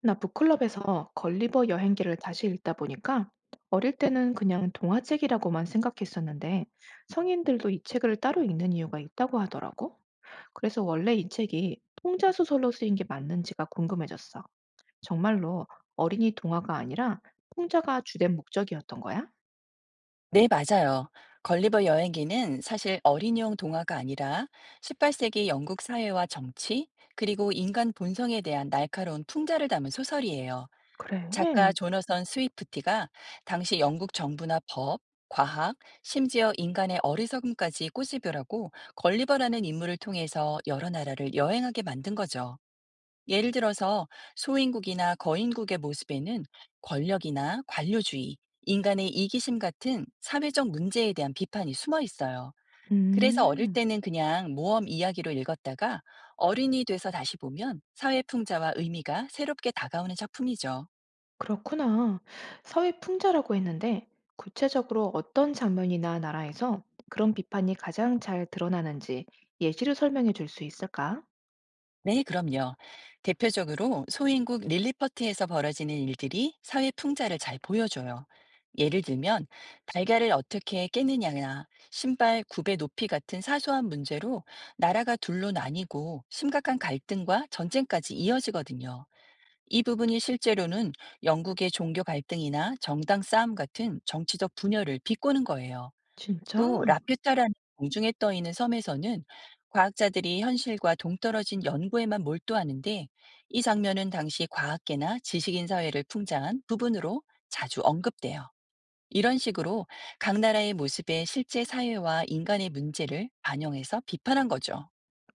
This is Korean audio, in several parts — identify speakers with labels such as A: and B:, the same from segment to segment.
A: 나 북클럽에서 걸리버 여행기를 다시 읽다 보니까 어릴 때는 그냥 동화책이라고만 생각했었는데 성인들도 이 책을 따로 읽는 이유가 있다고 하더라고. 그래서 원래 이 책이 통자 소설로 쓰인 게 맞는지가 궁금해졌어. 정말로 어린이 동화가 아니라 통자가 주된 목적이었던 거야?
B: 네, 맞아요. 걸리버 여행기는 사실 어린이용 동화가 아니라 18세기 영국 사회와 정치, 그리고 인간 본성에 대한 날카로운 풍자를 담은 소설이에요.
A: 그래.
B: 작가 조너선 스위프티가 당시 영국 정부나 법, 과학, 심지어 인간의 어리석음까지 꼬집으라고 걸리버라는 인물을 통해서 여러 나라를 여행하게 만든 거죠. 예를 들어서 소인국이나 거인국의 모습에는 권력이나 관료주의, 인간의 이기심 같은 사회적 문제에 대한 비판이 숨어 있어요. 그래서 어릴
A: 음.
B: 때는 그냥 모험 이야기로 읽었다가 어른이 돼서 다시 보면 사회 풍자와 의미가 새롭게 다가오는 작품이죠.
A: 그렇구나. 사회 풍자라고 했는데 구체적으로 어떤 장면이나 나라에서 그런 비판이 가장 잘 드러나는지 예시로 설명해 줄 수 있을까?
B: 네, 그럼요. 대표적으로 소인국 릴리퍼트에서 벌어지는 일들이 사회 풍자를 잘 보여줘요. 예를 들면, 달걀을 어떻게 깨느냐나 신발 굽의 높이 같은 사소한 문제로 나라가 둘로 나뉘고 심각한 갈등과 전쟁까지 이어지거든요. 이 부분이 실제로는 영국의 종교 갈등이나 정당 싸움 같은 정치적 분열을 비꼬는 거예요.
A: 진짜?
B: 또 라퓨타라는 공중에 떠 있는 섬에서는 과학자들이 현실과 동떨어진 연구에만 몰두하는데, 이 장면은 당시 과학계나 지식인 사회를 풍자한 부분으로 자주 언급돼요. 이런 식으로 각 나라의 모습에 실제 사회와 인간의 문제를 반영해서 비판한 거죠.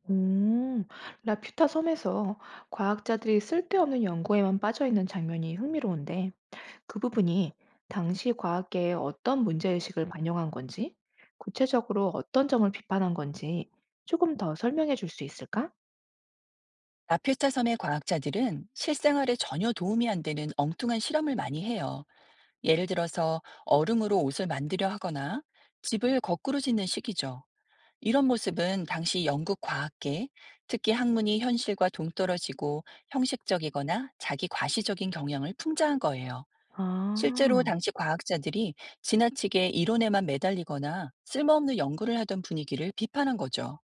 A: 오, 라퓨타 섬에서 과학자들이 쓸데없는 연구에만 빠져 있는 장면이 흥미로운데 그 부분이 당시 과학계에 어떤 문제의식을 반영한 건지 구체적으로 어떤 점을 비판한 건지 조금 더 설명해 줄 수 있을까?
B: 라퓨타 섬의 과학자들은 실생활에 전혀 도움이 안 되는 엉뚱한 실험을 많이 해요. 예를 들어서 얼음으로 옷을 만들려 하거나 집을 거꾸로 짓는 식이죠. 이런 모습은 당시 영국 과학계, 특히 학문이 현실과 동떨어지고 형식적이거나 자기 과시적인 경향을 풍자한 거예요. 실제로
A: 아.
B: 당시 과학자들이 지나치게 이론에만 매달리거나 쓸모없는 연구를 하던 분위기를 비판한 거죠.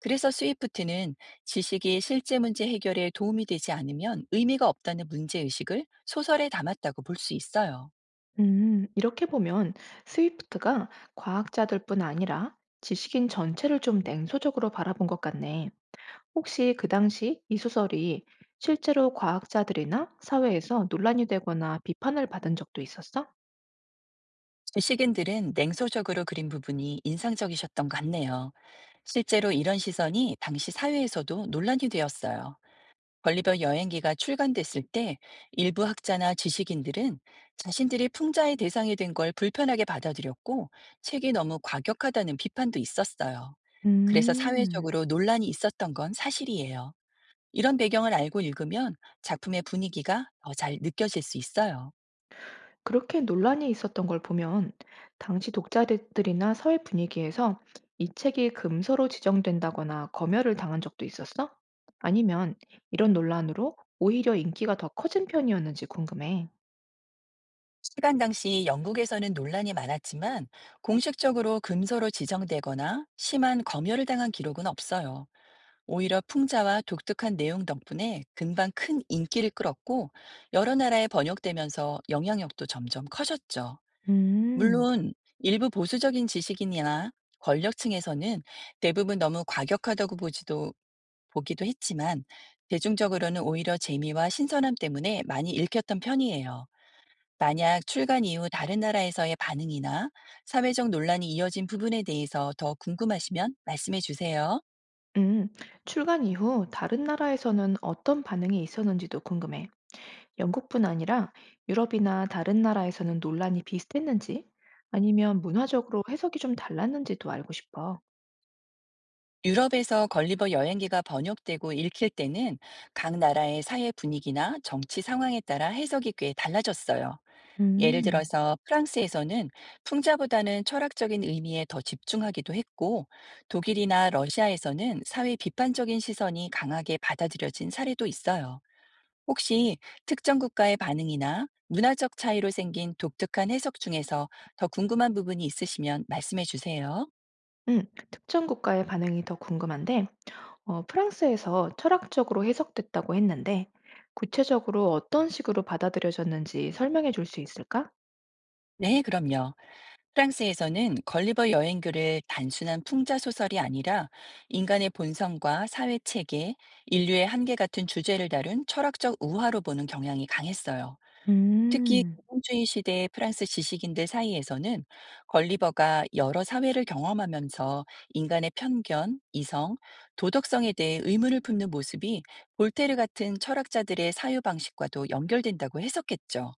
B: 그래서 스위프트는 지식이 실제 문제 해결에 도움이 되지 않으면 의미가 없다는 문제의식을 소설에 담았다고 볼 수 있어요.
A: 이렇게 보면 스위프트가 과학자들뿐 아니라 지식인 전체를 좀 냉소적으로 바라본 것 같네. 혹시 그 당시 이 소설이 실제로 과학자들이나 사회에서 논란이 되거나 비판을 받은 적도 있었어?
B: 지식인들은 냉소적으로 그린 부분이 인상적이셨던 것 같네요. 실제로 이런 시선이 당시 사회에서도 논란이 되었어요. 걸리버 여행기가 출간됐을 때 일부 학자나 지식인들은 자신들이 풍자의 대상이 된 걸 불편하게 받아들였고, 책이 너무 과격하다는 비판도 있었어요. 그래서
A: 음,
B: 사회적으로 논란이 있었던 건 사실이에요. 이런 배경을 알고 읽으면 작품의 분위기가 더 잘 느껴질 수 있어요.
A: 그렇게 논란이 있었던 걸 보면 당시 독자들이나 사회 분위기에서 이 책이 금서로 지정된다거나 검열을 당한 적도 있었어? 아니면 이런 논란으로 오히려 인기가 더 커진 편이었는지 궁금해.
B: 시간 당시 영국에서는 논란이 많았지만, 공식적으로 금서로 지정되거나 심한 검열을 당한 기록은 없어요. 오히려 풍자와 독특한 내용 덕분에 금방 큰 인기를 끌었고, 여러 나라에 번역되면서 영향력도 점점 커졌죠.
A: 음.
B: 물론 일부 보수적인 지식인이나 권력층에서는 대부분 너무 과격하다고 보지도 보기도 했지만, 대중적으로는 오히려 재미와 신선함 때문에 많이 읽혔던 편이에요. 만약 출간 이후 다른 나라에서의 반응이나 사회적 논란이 이어진 부분에 대해서 더 궁금하시면 말씀해 주세요.
A: 음. 출간 이후 다른 나라에서는 어떤 반응이 있었는지도 궁금해. 영국뿐 아니라 유럽이나 다른 나라에서는 논란이 비슷했는지 아니면 문화적으로 해석이 좀 달랐는지도 알고 싶어.
B: 유럽에서 걸리버 여행기가 번역되고 읽힐 때는 각 나라의 사회 분위기나 정치 상황에 따라 해석이 꽤 달라졌어요. 예를
A: 음.
B: 들어서 프랑스에서는 풍자보다는 철학적인 의미에 더 집중하기도 했고, 독일이나 러시아에서는 사회 비판적인 시선이 강하게 받아들여진 사례도 있어요. 혹시 특정 국가의 반응이나 문화적 차이로 생긴 독특한 해석 중에서 더 궁금한 부분이 있으시면 말씀해 주세요.
A: 음. 특정 국가의 반응이 더 궁금한데, 프랑스에서 철학적으로 해석됐다고 했는데, 구체적으로 어떤 식으로 받아들여졌는지 설명해 줄 수 있을까?
B: 네, 그럼요. 프랑스에서는 걸리버 여행교를 단순한 풍자 소설이 아니라 인간의 본성과 사회 체계, 인류의 한계 같은 주제를 다룬 철학적 우화로 보는 경향이 강했어요. 특히
A: 음.
B: 공공주의 시대의 프랑스 지식인들 사이에서는 걸리버가 여러 사회를 경험하면서 인간의 편견, 이성, 도덕성에 대해 의문을 품는 모습이 볼테르 같은 철학자들의 사유 방식과도 연결된다고 해석했죠.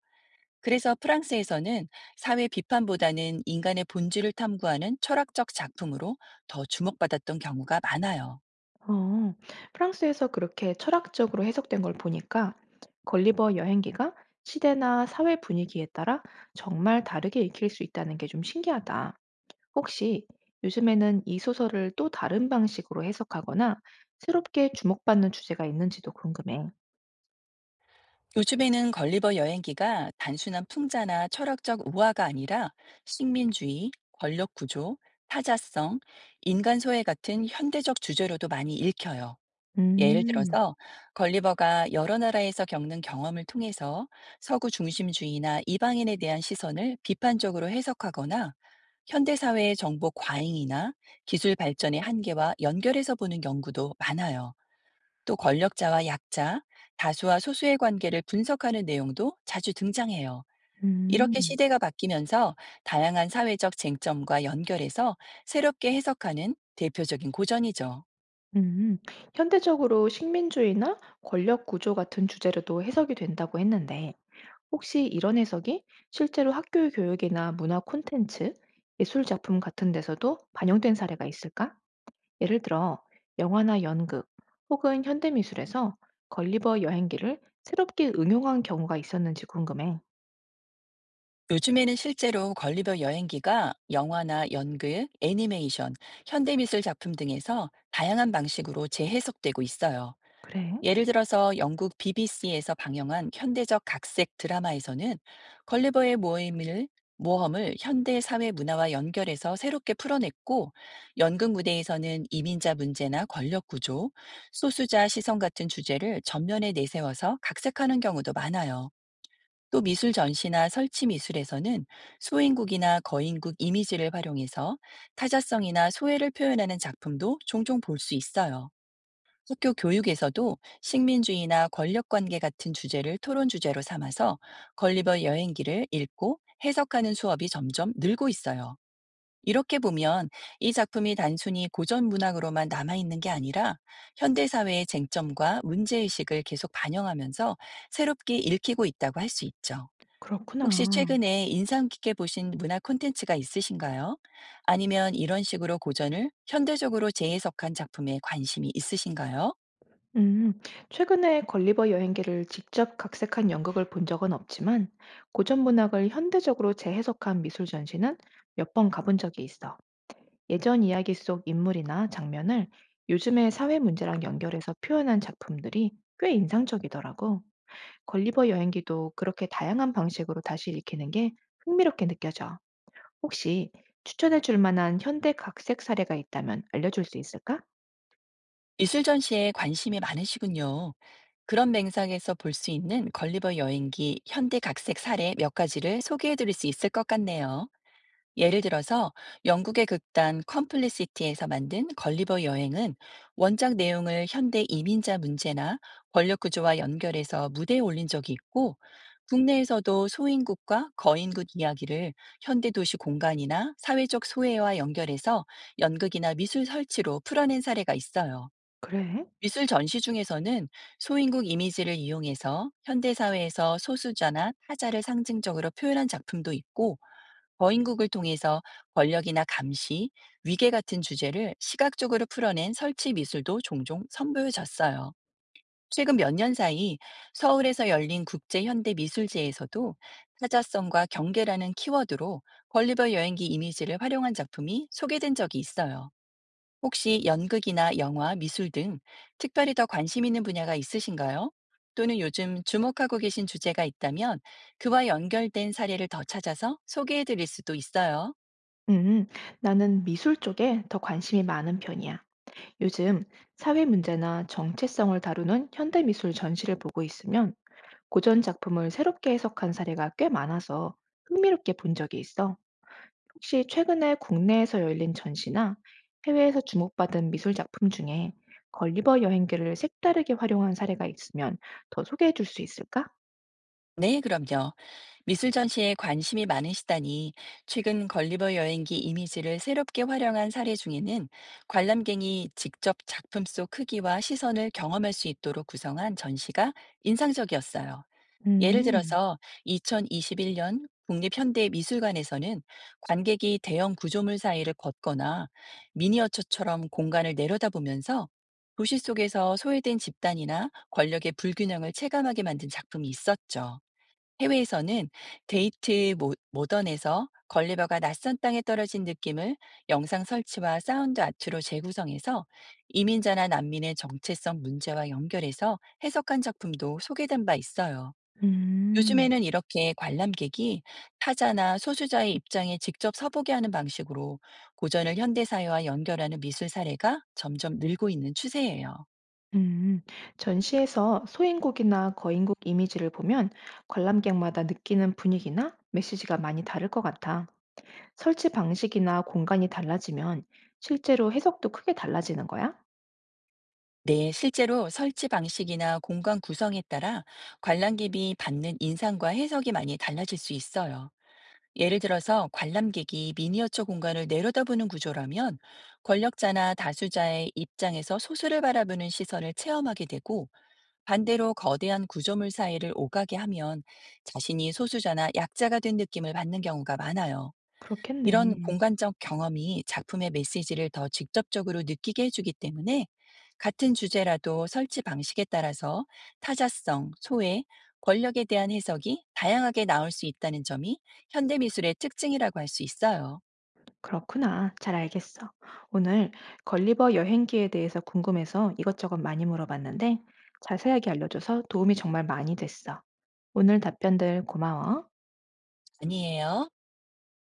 B: 그래서 프랑스에서는 사회 비판보다는 인간의 본질을 탐구하는 철학적 작품으로 더 주목받았던 경우가 많아요.
A: 어, 프랑스에서 그렇게 철학적으로 해석된 걸 보니까 걸리버 여행기가 시대나 사회 분위기에 따라 정말 다르게 읽힐 수 있다는 게 좀 신기하다. 혹시 요즘에는 이 소설을 또 다른 방식으로 해석하거나 새롭게 주목받는 주제가 있는지도 궁금해.
B: 요즘에는 걸리버 여행기가 단순한 풍자나 철학적 우화가 아니라 식민주의, 권력 구조, 타자성, 인간 소외 같은 현대적 주제로도 많이 읽혀요. 예를
A: 음,
B: 들어서 걸리버가 여러 나라에서 겪는 경험을 통해서 서구 중심주의나 이방인에 대한 시선을 비판적으로 해석하거나 현대사회의 정보 과잉이나 기술 발전의 한계와 연결해서 보는 연구도 많아요. 또 권력자와 약자, 다수와 소수의 관계를 분석하는 내용도 자주 등장해요. 이렇게
A: 음,
B: 시대가 바뀌면서 다양한 사회적 쟁점과 연결해서 새롭게 해석하는 대표적인 고전이죠.
A: 음. 현대적으로 식민주의나 권력 구조 같은 주제로도 해석이 된다고 했는데 혹시 이런 해석이 실제로 학교 교육이나 문화 콘텐츠, 예술 작품 같은 데서도 반영된 사례가 있을까? 예를 들어, 영화나 연극 혹은 현대미술에서 걸리버 여행기를 새롭게 응용한 경우가 있었는지 궁금해.
B: 요즘에는 실제로 걸리버 여행기가 영화나 연극, 애니메이션, 현대미술 작품 등에서 다양한 방식으로 재해석되고 있어요.
A: 그래,
B: 예를 들어서 영국 BBC에서 방영한 현대적 각색 드라마에서는 걸리버의 모험을 현대 사회 문화와 연결해서 새롭게 풀어냈고, 연극 무대에서는 이민자 문제나 권력 구조, 소수자 시선 같은 주제를 전면에 내세워서 각색하는 경우도 많아요. 또 미술 전시나 설치 미술에서는 소인국이나 거인국 이미지를 활용해서 타자성이나 소외를 표현하는 작품도 종종 볼 수 있어요. 학교 교육에서도 식민주의나 권력관계 같은 주제를 토론 주제로 삼아서 걸리버 여행기를 읽고 해석하는 수업이 점점 늘고 있어요. 이렇게 보면 이 작품이 단순히 고전 문학으로만 남아있는 게 아니라 현대사회의 쟁점과 문제의식을 계속 반영하면서 새롭게 읽히고 있다고 할 수 있죠. 혹시
A: 그렇구나.
B: 최근에 인상 깊게 보신 문화 콘텐츠가 있으신가요? 아니면 이런 식으로 고전을 현대적으로 재해석한 작품에 관심이 있으신가요?
A: 음, 최근에 걸리버 여행기를 직접 각색한 연극을 본 적은 없지만, 고전 문학을 현대적으로 재해석한 미술 전시는 몇 번 가본 적이 있어. 예전 이야기 속 인물이나 장면을 요즘의 사회 문제랑 연결해서 표현한 작품들이 꽤 인상적이더라고. 걸리버 여행기도 그렇게 다양한 방식으로 다시 읽히는 게 흥미롭게 느껴져. 혹시 추천해 줄 만한 현대 각색 사례가 있다면 알려줄 수 있을까?
B: 미술 전시에 관심이 많으시군요. 그런 맥락에서 볼 수 있는 걸리버 여행기 현대 각색 사례 몇 가지를 소개해 드릴 수 있을 것 같네요. 예를 들어서 영국의 극단 컴플리시티에서 만든 걸리버 여행은 원작 내용을 현대 이민자 문제나 권력 구조와 연결해서 무대에 올린 적이 있고, 국내에서도 소인국과 거인국 이야기를 현대 도시 공간이나 사회적 소외와 연결해서 연극이나 미술 설치로 풀어낸 사례가 있어요.
A: 그래?
B: 미술 전시 중에서는 소인국 이미지를 이용해서 현대사회에서 소수자나 타자를 상징적으로 표현한 작품도 있고, 거인국을 통해서 권력이나 감시, 위계 같은 주제를 시각적으로 풀어낸 설치 미술도 종종 선보여졌어요. 최근 몇 년 사이 서울에서 열린 국제현대미술제에서도 타자성과 경계라는 키워드로 걸리버 여행기 이미지를 활용한 작품이 소개된 적이 있어요. 혹시 연극이나 영화, 미술 등 특별히 더 관심 있는 분야가 있으신가요? 또는 요즘 주목하고 계신 주제가 있다면 그와 연결된 사례를 더 찾아서 소개해 드릴 수도 있어요.
A: 음, 나는 미술 쪽에 더 관심이 많은 편이야. 요즘 사회 문제나 정체성을 다루는 현대 미술 전시를 보고 있으면 고전 작품을 새롭게 해석한 사례가 꽤 많아서 흥미롭게 본 적이 있어. 혹시 최근에 국내에서 열린 전시나 해외에서 주목받은 미술 작품 중에 걸리버 여행기를 색다르게 활용한 사례가 있으면 더 소개해 줄 수 있을까?
B: 네, 그럼요. 미술 전시에 관심이 많으시다니 최근 걸리버 여행기 이미지를 새롭게 활용한 사례 중에는 관람객이 직접 작품 속 크기와 시선을 경험할 수 있도록 구성한 전시가 인상적이었어요. 예를
A: 음,
B: 들어서 2021년 국립현대미술관에서는 관객이 대형 구조물 사이를 걷거나 미니어처처럼 공간을 내려다보면서 도시 속에서 소외된 집단이나 권력의 불균형을 체감하게 만든 작품이 있었죠. 해외에서는 데이트 모, 모던에서 걸레바가 낯선 땅에 떨어진 느낌을 영상 설치와 사운드 아트로 재구성해서 이민자나 난민의 정체성 문제와 연결해서 해석한 작품도 소개된 바 있어요.
A: 음.
B: 요즘에는 이렇게 관람객이 타자나 소수자의 입장에 직접 서보게 하는 방식으로 고전을 현대사회와 연결하는 미술 사례가 점점 늘고 있는 추세예요.
A: 음, 전시에서 소인국이나 거인국 이미지를 보면 관람객마다 느끼는 분위기나 메시지가 많이 다를 것 같아. 설치 방식이나 공간이 달라지면 실제로 해석도 크게 달라지는 거야?
B: 네, 실제로 설치 방식이나 공간 구성에 따라 관람객이 받는 인상과 해석이 많이 달라질 수 있어요. 예를 들어서 관람객이 미니어처 공간을 내려다보는 구조라면 권력자나 다수자의 입장에서 소수를 바라보는 시선을 체험하게 되고, 반대로 거대한 구조물 사이를 오가게 하면 자신이 소수자나 약자가 된 느낌을 받는 경우가 많아요. 이런
A: 그렇겠네.
B: 공간적 경험이 작품의 메시지를 더 직접적으로 느끼게 해주기 때문에 같은 주제라도 설치 방식에 따라서 타자성, 소외, 권력에 대한 해석이 다양하게 나올 수 있다는 점이 현대미술의 특징이라고 할 수 있어요.
A: 그렇구나. 잘 알겠어. 오늘 걸리버 여행기에 대해서 궁금해서 이것저것 많이 물어봤는데 자세하게 알려줘서 도움이 정말 많이 됐어. 오늘 답변들 고마워.
B: 아니에요.